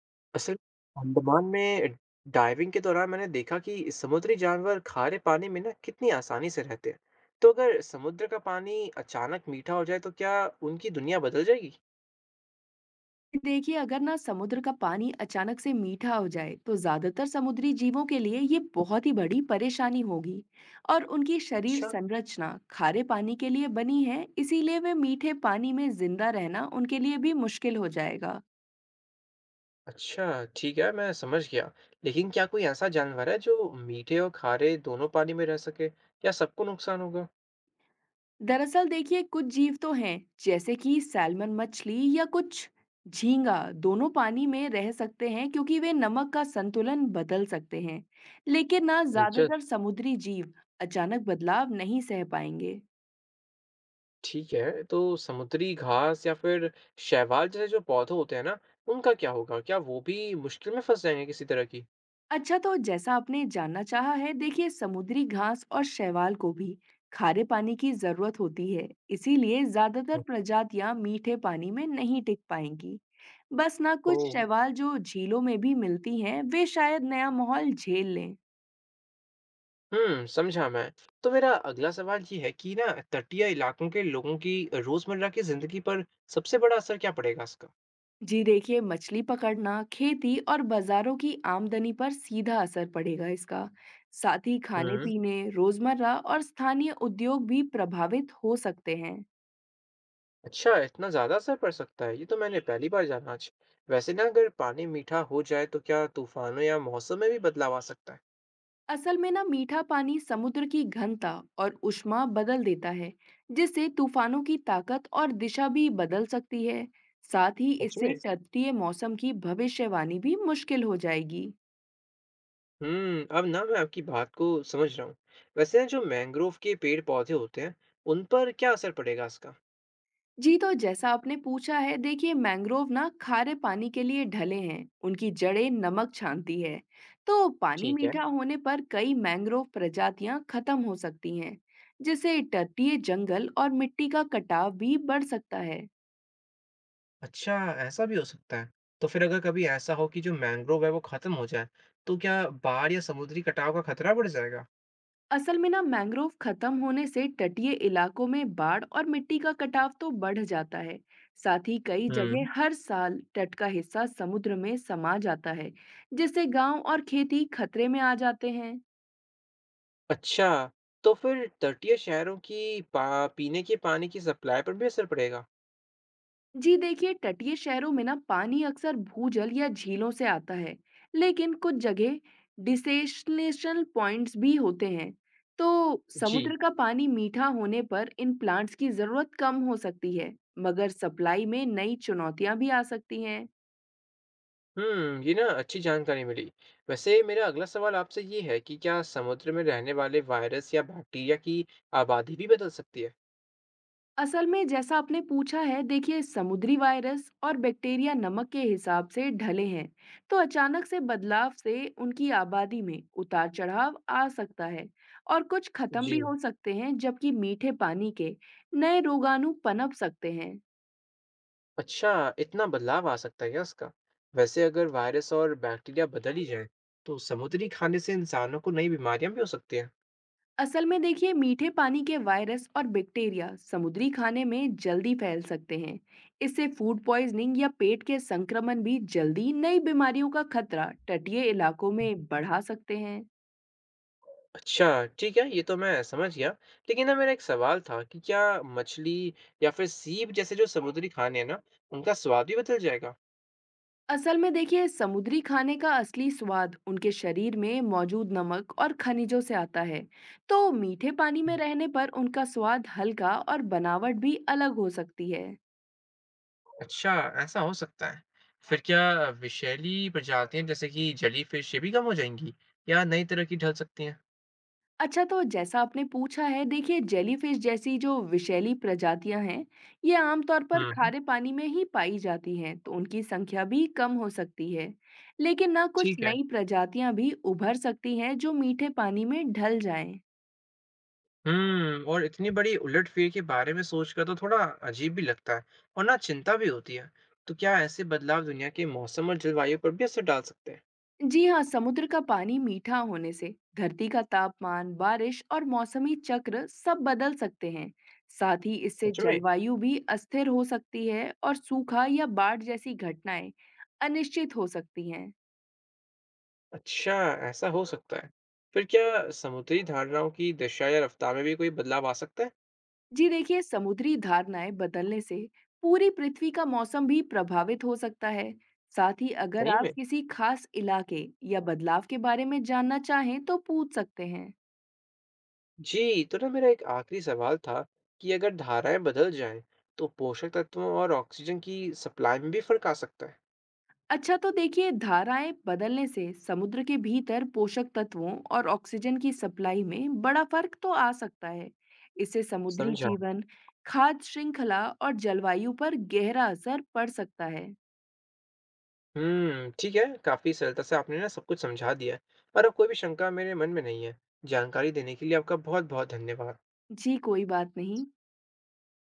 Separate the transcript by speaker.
Speaker 1: असल अंडमान में डाइविंग के दौरान मैंने देखा कि समुद्री जानवर खारे पानी में ना कितनी आसानी से रहते हैं। तो अगर समुद्र का पानी अचानक मीठा हो जाए तो क्या उनकी दुनिया बदल जाएगी?
Speaker 2: देखिए, अगर ना समुद्र का पानी अचानक से मीठा हो जाए तो ज्यादातर समुद्री जीवों के लिए ये बहुत ही बड़ी परेशानी होगी। और उनकी शरीर
Speaker 1: अच्छा,
Speaker 2: संरचना खारे पानी के लिए बनी है, इसीलिए वे मीठे पानी में जिंदा रहना उनके लिए भी मुश्किल हो जाएगा।
Speaker 1: अच्छा, ठीक है, मैं समझ गया। लेकिन क्या कोई ऐसा जानवर है जो मीठे और खारे दोनों पानी में रह सके, या सबको नुकसान होगा?
Speaker 2: दरअसल देखिए, कुछ जीव तो हैं जैसे कि सैल्मन मछली या कुछ झींगा, दोनों पानी में रह सकते हैं क्योंकि वे नमक का संतुलन बदल सकते हैं। लेकिन ना
Speaker 1: अच्छा,
Speaker 2: ज्यादातर समुद्री जीव अचानक बदलाव नहीं सह पाएंगे।
Speaker 1: ठीक है। तो समुद्री घास या फिर शैवाल जैसे जो पौधे होते हैं ना, उनका क्या होगा? क्या वो भी मुश्किल में फंस जाएंगे किसी तरह की?
Speaker 2: अच्छा, तो जैसा आपने जानना चाहा है, देखिए समुद्री घास और शैवाल को भी खारे पानी की जरूरत होती है। इसीलिए ज्यादातर प्रजातियां मीठे पानी में नहीं टिक पाएंगी। बस ना कुछ
Speaker 1: ओह।
Speaker 2: शैवाल जो झीलों में भी मिलती हैं वे शायद नया माहौल झेल लें।
Speaker 1: समझा मैं। तो मेरा अगला सवाल ये है कि ना, तटीय इलाकों के लोगों की रोज़मर्रा की ज़िंदगी पर सबसे बड़ा असर क्या पड़ेगा इसका?
Speaker 2: जी देखिए, मछली पकड़ना, खेती और बाजारों की आमदनी पर सीधा असर पड़ेगा इसका। साथ ही खाने
Speaker 1: हुँ।
Speaker 2: पीने, रोजमर्रा और स्थानीय उद्योग भी प्रभावित हो सकते हैं।
Speaker 1: अच्छा, इतना ज़्यादा असर पड़ सकता है, ये तो मैंने पहली बार जाना आज। वैसे ना अगर पानी मीठा हो जाए तो क्या तूफ़ानों या मौसम में भी बदलाव आ सकता है?
Speaker 2: असल में ना मीठा पानी समुद्र की घनता और ऊष्मा बदल देता है, जिससे तूफानों की ताकत और दिशा भी बदल सकती है। साथ ही
Speaker 1: सच
Speaker 2: इससे
Speaker 1: में?
Speaker 2: तटीय मौसम की भविष्यवाणी भी मुश्किल हो जाएगी।
Speaker 1: अब ना मैं आपकी बात को समझ रहा हूँ। वैसे ना जो मैंग्रोव के पेड़-पौधे होते हैं, उन पर क्या असर पड़ेगा इसका?
Speaker 2: जी, तो जैसा आपने पूछा है, देखिए मैंग्रोव ना खारे पानी के लिए ढले हैं। उनकी जड़ें नमक छानती है, तो पानी
Speaker 1: ठीक है।
Speaker 2: मीठा होने पर कई मैंग्रोव प्रजातियां खत्म हो सकती हैं। जिससे तटीय जंगल और मिट्टी का कटाव भी बढ़ सकता है।
Speaker 1: अच्छा, ऐसा भी हो सकता है। तो फिर अगर कभी ऐसा हो कि जो मैंग्रोव है वो खत्म हो जाए, तो क्या बाढ़ या समुद्री कटाव का खतरा बढ़ जाएगा?
Speaker 2: असल में ना मैंग्रोव खत्म होने से तटीय इलाकों में बाढ़ और मिट्टी का कटाव तो बढ़ जाता है। साथ ही कई
Speaker 1: हम्म।
Speaker 2: जगह हर साल तट का हिस्सा समुद्र में समा जाता है, जिससे गांव और खेती खतरे में आ जाते हैं।
Speaker 1: अच्छा, तो फिर तटीय शहरों की पीने के पानी की सप्लाई पर भी असर पड़ेगा?
Speaker 2: जी देखिए, तटीय शहरों में ना पानी अक्सर भूजल या झीलों से आता है। लेकिन कुछ जगह डिसेशनेशनल पॉइंट्स भी होते हैं। तो
Speaker 1: जी।
Speaker 2: समुद्र का पानी मीठा होने पर इन प्लांट्स की जरूरत कम हो सकती है। मगर सप्लाई में नई चुनौतियां भी आ सकती हैं।
Speaker 1: हम्म, ये ना अच्छी जानकारी मिली। वैसे मेरा अगला सवाल आपसे ये है कि क्या समुद्र में रहने वाले वायरस या बैक्टीरिया की आबादी भी बदल सकती है?
Speaker 2: असल में जैसा आपने पूछा है, देखिए समुद्री वायरस और बैक्टीरिया नमक के हिसाब से ढले हैं। तो अचानक से बदलाव से उनकी आबादी में उतार चढ़ाव आ सकता है और कुछ खत्म
Speaker 1: जी।
Speaker 2: भी हो सकते हैं, जबकि मीठे पानी के नए रोगाणु पनप सकते हैं।
Speaker 1: अच्छा, इतना बदलाव आ सकता है क्या उसका? वैसे अगर वायरस और बैक्टीरिया बदल ही जाएँ, तो समुद्री खाने से इंसानों को नई बीमारियां भी हो सकती हैं।
Speaker 2: असल में देखिए, मीठे पानी के वायरस और बैक्टीरिया समुद्री खाने में जल्दी फैल सकते हैं। इससे फूड पॉइजनिंग या पेट के संक्रमण भी जल्दी नई बीमारियों का खतरा तटीय इलाकों में बढ़ा सकते हैं।
Speaker 1: अच्छा, ठीक है, ये तो मैं समझ गया। लेकिन ना मेरा एक सवाल था कि क्या मछली या फिर सीप जैसे जो समुद्री खाने हैं ना, उनका स्वाद भी बदल जाएगा?
Speaker 2: असल में देखिए, समुद्री खाने का असली स्वाद उनके शरीर में मौजूद नमक और खनिजों से आता है। तो मीठे पानी में रहने पर उनका स्वाद हल्का और बनावट भी अलग हो सकती है।
Speaker 1: अच्छा, ऐसा हो सकता है। फिर क्या विषैली प्रजातियां जैसे कि जेलीफिश ये भी कम हो जाएंगी या नई तरह की ढल सकती हैं?
Speaker 2: अच्छा, तो जैसा आपने पूछा है, देखिए जेलीफिश जैसी जो विषैली प्रजातियां हैं, ये आमतौर पर
Speaker 1: हम्म,
Speaker 2: खारे पानी में ही पाई जाती हैं, तो उनकी संख्या भी कम हो सकती है। लेकिन ना कुछ
Speaker 1: ठीक है।
Speaker 2: नई प्रजातियां भी उभर सकती हैं जो मीठे पानी में ढल जाएं।
Speaker 1: और इतनी बड़ी उलटफेर के बारे में सोचकर तो थोड़ा अजीब भी लगता है और ना चिंता भी होती है। तो क्या ऐसे बदलाव दुनिया के मौसम और जलवायु पर भी असर डाल सकते हैं?
Speaker 2: जी हाँ, समुद्र का पानी मीठा होने से धरती का तापमान, बारिश और मौसमी चक्र सब बदल सकते हैं। साथ ही इससे
Speaker 1: सच में?
Speaker 2: जलवायु भी अस्थिर हो सकती है और सूखा या बाढ़ जैसी घटनाएं अनिश्चित हो सकती हैं।
Speaker 1: अच्छा, ऐसा हो सकता है। फिर क्या समुद्री धारणाओं की दिशा या रफ्तार में भी कोई बदलाव आ सकता है?
Speaker 2: जी देखिए, समुद्री धारणाएं बदलने से पूरी पृथ्वी का मौसम भी प्रभावित हो सकता है। साथ ही अगर
Speaker 1: सही
Speaker 2: आप
Speaker 1: में?
Speaker 2: किसी खास इलाके या बदलाव के बारे में जानना चाहें तो पूछ सकते हैं।
Speaker 1: जी, तो ना मेरा एक आखिरी सवाल था कि अगर धाराएँ बदल जाएँ, तो पोषक तत्वों और ऑक्सीजन की सप्लाई में भी फ़र्क आ सकता है?
Speaker 2: अच्छा, तो देखिए धाराएं बदलने से समुद्र के भीतर पोषक तत्वों और ऑक्सीजन की सप्लाई में बड़ा फर्क तो आ सकता है। इससे समुद्री
Speaker 1: समझा।
Speaker 2: जीवन, खाद्य श्रृंखला और जलवायु पर गहरा असर पड़ सकता है।
Speaker 1: ठीक है। काफ़ी सरलता से आपने ना सब कुछ समझा दिया है और अब कोई भी शंका मेरे मन में नहीं है। जानकारी देने के लिए आपका बहुत-बहुत धन्यवाद।
Speaker 2: जी, कोई बात नहीं।